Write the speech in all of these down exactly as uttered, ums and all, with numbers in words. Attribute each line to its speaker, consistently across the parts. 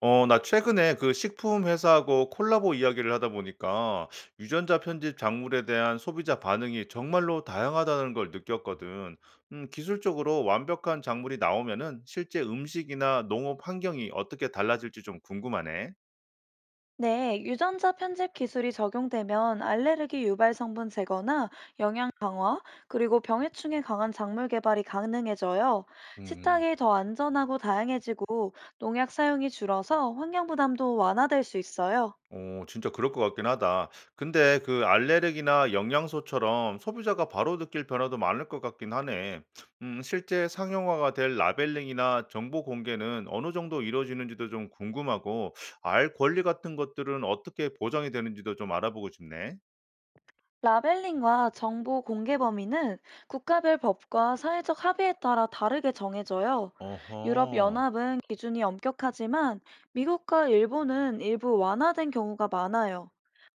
Speaker 1: 어, 나 최근에 그 식품 회사하고 콜라보 이야기를 하다 보니까 유전자 편집 작물에 대한 소비자 반응이 정말로 다양하다는 걸 느꼈거든. 음, 기술적으로 완벽한 작물이 나오면은 실제 음식이나 농업 환경이 어떻게 달라질지 좀 궁금하네.
Speaker 2: 네, 유전자 편집 기술이 적용되면 알레르기 유발 성분 제거나 영양 강화, 그리고 병해충에 강한 작물 개발이 가능해져요.
Speaker 1: 음.
Speaker 2: 식탁이 더 안전하고 다양해지고 농약 사용이 줄어서 환경 부담도 완화될 수 있어요.
Speaker 1: 어, 진짜 그럴 것 같긴 하다. 근데 그 알레르기나 영양소처럼 소비자가 바로 느낄 변화도 많을 것 같긴 하네. 음, 실제 상용화가 될 라벨링이나 정보 공개는 어느 정도 이루어지는지도 좀 궁금하고, 알 권리 같은 것들은 어떻게 보장이 되는지도 좀 알아보고 싶네.
Speaker 2: 라벨링과 정보 공개 범위는 국가별 법과 사회적 합의에 따라 다르게 정해져요. 유럽
Speaker 1: 어허.
Speaker 2: 연합은 기준이 엄격하지만 미국과 일본은 일부 완화된 경우가 많아요.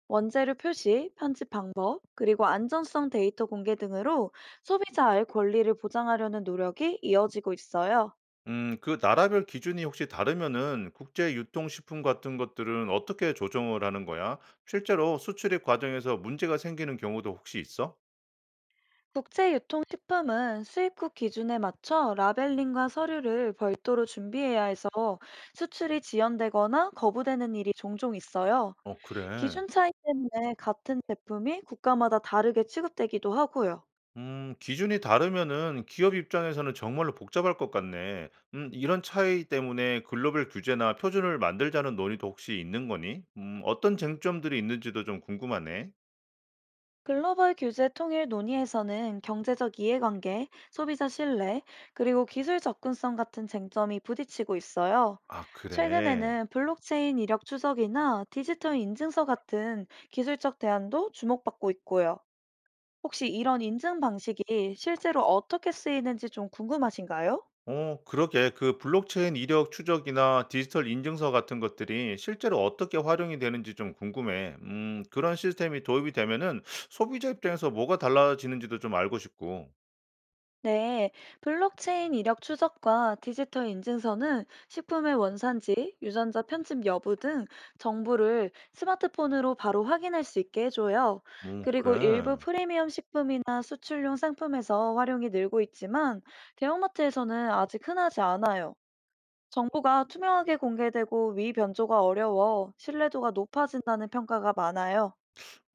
Speaker 2: 원재료 표시, 편집 방법, 그리고 안전성 데이터 공개 등으로 소비자의 권리를 보장하려는 노력이 이어지고 있어요.
Speaker 1: 음, 그 나라별 기준이 혹시 다르면은 국제 유통식품 같은 것들은 어떻게 조정을 하는 거야? 실제로 수출입 과정에서 문제가 생기는 경우도 혹시 있어?
Speaker 2: 국제 유통 식품은 수입국 기준에 맞춰 라벨링과 서류를 별도로 준비해야 해서 수출이 지연되거나 거부되는 일이 종종 있어요.
Speaker 1: 어, 그래.
Speaker 2: 기준 차이 때문에 같은 제품이 국가마다 다르게 취급되기도 하고요.
Speaker 1: 음, 기준이 다르면은 기업 입장에서는 정말로 복잡할 것 같네. 음, 이런 차이 때문에 글로벌 규제나 표준을 만들자는 논의도 혹시 있는 거니? 음, 어떤 쟁점들이 있는지도 좀 궁금하네.
Speaker 2: 글로벌 규제 통일 논의에서는 경제적 이해관계, 소비자 신뢰, 그리고 기술 접근성 같은 쟁점이 부딪히고 있어요.
Speaker 1: 아, 그래.
Speaker 2: 최근에는 블록체인 이력 추적이나 디지털 인증서 같은 기술적 대안도 주목받고 있고요. 혹시 이런 인증 방식이 실제로 어떻게 쓰이는지 좀 궁금하신가요?
Speaker 1: 어, 그러게. 그 블록체인 이력 추적이나 디지털 인증서 같은 것들이 실제로 어떻게 활용이 되는지 좀 궁금해. 음, 그런 시스템이 도입이 되면은 소비자 입장에서 뭐가 달라지는지도 좀 알고 싶고.
Speaker 2: 네, 블록체인 이력 추적과 디지털 인증서는 식품의 원산지, 유전자 편집 여부 등 정보를 스마트폰으로 바로 확인할 수 있게 해줘요.
Speaker 1: 음,
Speaker 2: 그리고 일부
Speaker 1: 그래.
Speaker 2: 프리미엄 식품이나 수출용 상품에서 활용이 늘고 있지만 대형마트에서는 아직 흔하지 않아요. 정보가 투명하게 공개되고 위 변조가 어려워 신뢰도가 높아진다는 평가가 많아요.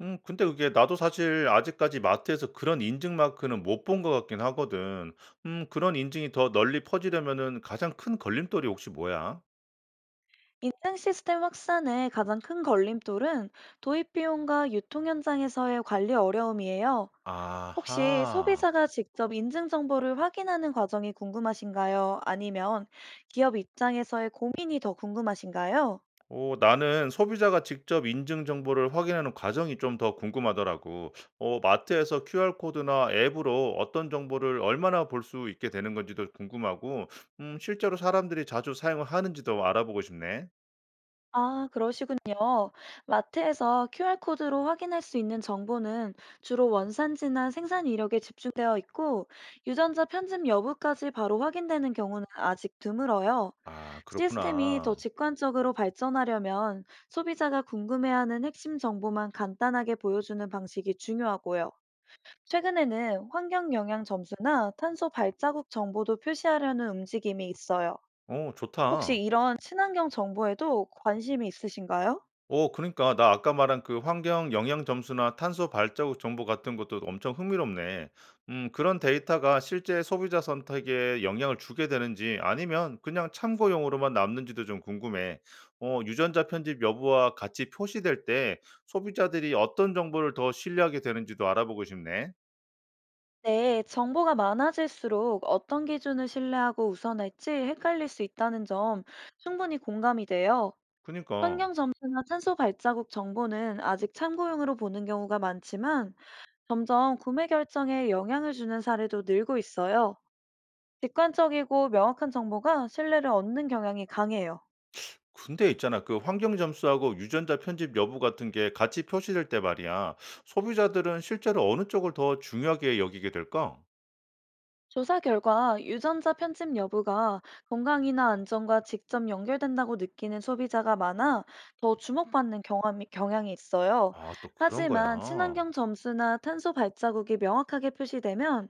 Speaker 1: 음 근데 그게 나도 사실 아직까지 마트에서 그런 인증 마크는 못 본 것 같긴 하거든. 음 그런 인증이 더 널리 퍼지려면은 가장 큰 걸림돌이 혹시 뭐야?
Speaker 2: 인증 시스템 확산의 가장 큰 걸림돌은 도입 비용과 유통 현장에서의 관리 어려움이에요. 혹시
Speaker 1: 아하.
Speaker 2: 소비자가 직접 인증 정보를 확인하는 과정이 궁금하신가요? 아니면 기업 입장에서의 고민이 더 궁금하신가요?
Speaker 1: 오, 나는 소비자가 직접 인증 정보를 확인하는 과정이 좀 더 궁금하더라고. 어, 마트에서 큐알 코드나 앱으로 어떤 정보를 얼마나 볼 수 있게 되는 건지도 궁금하고 음 실제로 사람들이 자주 사용을 하는지도 알아보고 싶네.
Speaker 2: 아, 그러시군요. 마트에서 큐알코드로 확인할 수 있는 정보는 주로 원산지나 생산 이력에 집중되어 있고, 유전자 편집 여부까지 바로 확인되는 경우는 아직 드물어요.
Speaker 1: 아,
Speaker 2: 시스템이 더
Speaker 1: 그렇구나.
Speaker 2: 직관적으로 발전하려면 소비자가 궁금해하는 핵심 정보만 간단하게 보여주는 방식이 중요하고요. 최근에는 환경 영향 점수나 탄소 발자국 정보도 표시하려는 움직임이 있어요.
Speaker 1: 오, 좋다.
Speaker 2: 혹시 이런 친환경 정보에도 관심이 있으신가요?
Speaker 1: 어, 그러니까 나 아까 말한 그 환경 영향 점수나 탄소 발자국 정보 같은 것도 엄청 흥미롭네. 음, 그런 데이터가 실제 소비자 선택에 영향을 주게 되는지 아니면 그냥 참고용으로만 남는지도 좀 궁금해. 어, 유전자 편집 여부와 같이 표시될 때 소비자들이 어떤 정보를 더 신뢰하게 되는지도 알아보고 싶네.
Speaker 2: 네, 정보가 많아질수록 어떤 기준을 신뢰하고 우선할지 헷갈릴 수 있다는 점 충분히 공감이 돼요.
Speaker 1: 그니까.
Speaker 2: 환경 점수나 탄소 발자국 정보는 아직 참고용으로 보는 경우가 많지만 점점 구매 결정에 영향을 주는 사례도 늘고 있어요. 직관적이고 명확한 정보가 신뢰를 얻는 경향이 강해요.
Speaker 1: 근데 있잖아. 그 환경 점수하고 유전자 편집 여부 같은 게 같이 표시될 때 말이야. 소비자들은 실제로 어느 쪽을 더 중요하게 여기게 될까?
Speaker 2: 조사 결과 유전자 편집 여부가 건강이나 안전과 직접 연결된다고 느끼는 소비자가 많아 더 주목받는 경험이, 경향이 있어요.
Speaker 1: 아, 또 그런 거야.
Speaker 2: 하지만 친환경 점수나 탄소 발자국이 명확하게 표시되면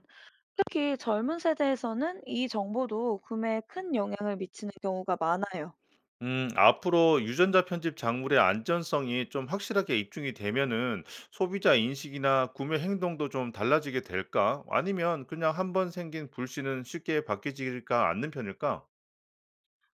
Speaker 2: 특히 젊은 세대에서는 이 정보도 구매에 큰 영향을 미치는 경우가 많아요.
Speaker 1: 음 앞으로 유전자 편집 작물의 안전성이 좀 확실하게 입증이 되면은 소비자 인식이나 구매 행동도 좀 달라지게 될까? 아니면 그냥 한번 생긴 불씨는 쉽게 바뀌지가 않는 편일까?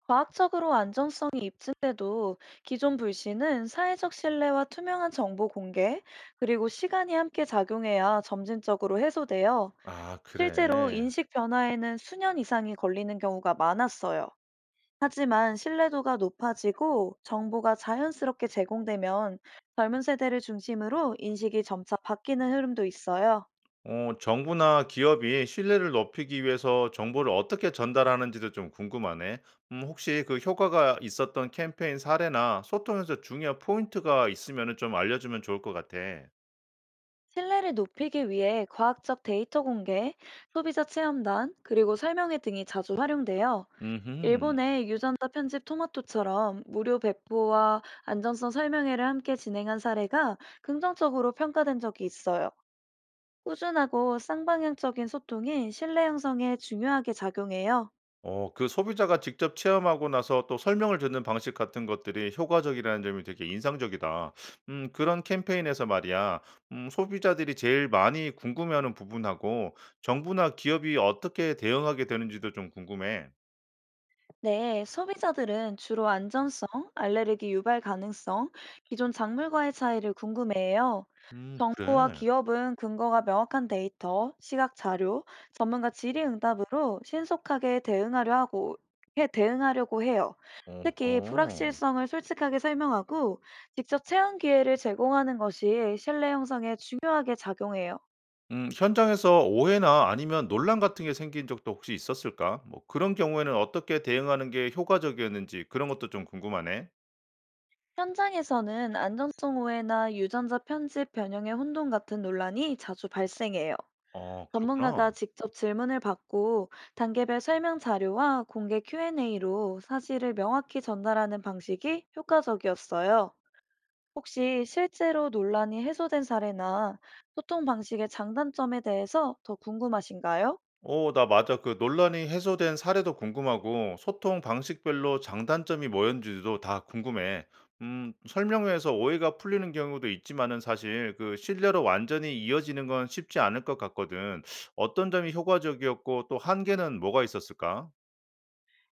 Speaker 2: 과학적으로 안전성이 입증돼도 기존 불신은 사회적 신뢰와 투명한 정보 공개, 그리고 시간이 함께 작용해야 점진적으로 해소돼요.
Speaker 1: 아,
Speaker 2: 실제로
Speaker 1: 그래.
Speaker 2: 인식 변화에는 수년 이상이 걸리는 경우가 많았어요. 하지만 신뢰도가 높아지고 정보가 자연스럽게 제공되면 젊은 세대를 중심으로 인식이 점차 바뀌는 흐름도 있어요.
Speaker 1: 어, 정부나 기업이 신뢰를 높이기 위해서 정보를 어떻게 전달하는지도 좀 궁금하네. 음 혹시 그 효과가 있었던 캠페인 사례나 소통에서 중요한 포인트가 있으면 좀 알려주면 좋을 것 같아.
Speaker 2: 신뢰를 높이기 위해 과학적 데이터 공개, 소비자 체험단, 그리고 설명회 등이 자주 활용돼요.
Speaker 1: 음흠.
Speaker 2: 일본의 유전자 편집 토마토처럼 무료 배포와 안전성 설명회를 함께 진행한 사례가 긍정적으로 평가된 적이 있어요. 꾸준하고 쌍방향적인 소통이 신뢰 형성에 중요하게 작용해요.
Speaker 1: 어, 그 소비자가 직접 체험하고 나서 또 설명을 듣는 방식 같은 것들이 효과적이라는 점이 되게 인상적이다. 음 그런 캠페인에서 말이야. 음 소비자들이 제일 많이 궁금해하는 부분하고 정부나 기업이 어떻게 대응하게 되는지도 좀 궁금해.
Speaker 2: 네, 소비자들은 주로 안전성, 알레르기 유발 가능성, 기존 작물과의 차이를 궁금해해요.
Speaker 1: 음,
Speaker 2: 정부와
Speaker 1: 그래.
Speaker 2: 기업은 근거가 명확한 데이터, 시각 자료, 전문가 질의응답으로 신속하게 대응하려 하고 해 대응하려고 해요. 특히
Speaker 1: 어허.
Speaker 2: 불확실성을 솔직하게 설명하고 직접 체험 기회를 제공하는 것이 신뢰 형성에 중요하게 작용해요.
Speaker 1: 음 현장에서 오해나 아니면 논란 같은 게 생긴 적도 혹시 있었을까? 뭐 그런 경우에는 어떻게 대응하는 게 효과적이었는지 그런 것도 좀 궁금하네.
Speaker 2: 현장에서는 안전성 오해나 유전자 편집 변형의 혼동 같은 논란이 자주 발생해요.
Speaker 1: 어,
Speaker 2: 전문가가
Speaker 1: 그렇구나.
Speaker 2: 직접 질문을 받고 단계별 설명 자료와 공개 큐앤에이로 사실을 명확히 전달하는 방식이 효과적이었어요. 혹시 실제로 논란이 해소된 사례나 소통 방식의 장단점에 대해서 더 궁금하신가요?
Speaker 1: 오, 나 맞아. 그 논란이 해소된 사례도 궁금하고, 소통 방식별로 장단점이 뭐였는지도 다 궁금해. 음, 설명회에서 오해가 풀리는 경우도 있지만은 사실 그 신뢰로 완전히 이어지는 건 쉽지 않을 것 같거든. 어떤 점이 효과적이었고, 또 한계는 뭐가 있었을까?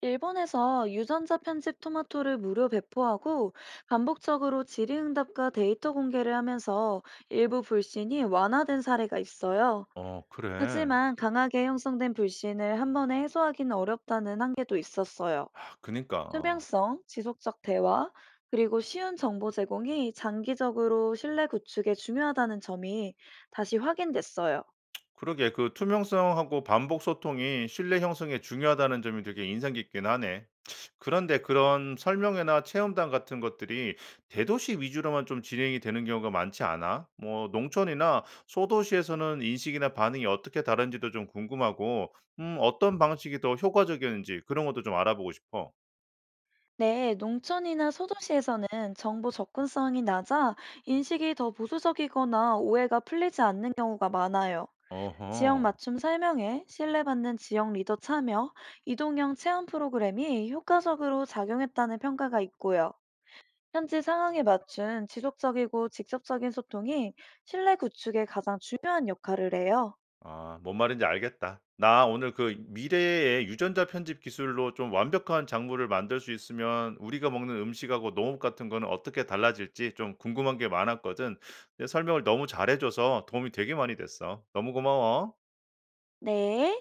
Speaker 2: 일본에서 유전자 편집 토마토를 무료 배포하고 반복적으로 질의응답과 데이터 공개를 하면서 일부 불신이 완화된 사례가 있어요.
Speaker 1: 어, 그래.
Speaker 2: 하지만 강하게 형성된 불신을 한 번에 해소하기는 어렵다는 한계도 있었어요.
Speaker 1: 아, 그니까.
Speaker 2: 투명성, 지속적 대화, 그리고 쉬운 정보 제공이 장기적으로 신뢰 구축에 중요하다는 점이 다시 확인됐어요.
Speaker 1: 그러게, 그 투명성하고 반복 소통이 신뢰 형성에 중요하다는 점이 되게 인상 깊긴 하네. 그런데 그런 설명회나 체험단 같은 것들이 대도시 위주로만 좀 진행이 되는 경우가 많지 않아? 뭐 농촌이나 소도시에서는 인식이나 반응이 어떻게 다른지도 좀 궁금하고, 음, 어떤 방식이 더 효과적이었는지 그런 것도 좀 알아보고 싶어.
Speaker 2: 네, 농촌이나 소도시에서는 정보 접근성이 낮아 인식이 더 보수적이거나 오해가 풀리지 않는 경우가 많아요. 지역
Speaker 1: 어허.
Speaker 2: 맞춤 설명회, 신뢰받는 지역 리더 참여, 이동형 체험 프로그램이 효과적으로 작용했다는 평가가 있고요. 현지 상황에 맞춘 지속적이고 직접적인 소통이 신뢰 구축에 가장 중요한 역할을 해요.
Speaker 1: 아, 뭔 말인지 알겠다. 나 오늘 그 미래의 유전자 편집 기술로 좀 완벽한 작물을 만들 수 있으면 우리가 먹는 음식하고 농업 같은 거는 어떻게 달라질지 좀 궁금한 게 많았거든. 내 설명을 너무 잘해 줘서 도움이 되게 많이 됐어. 너무 고마워.
Speaker 2: 네.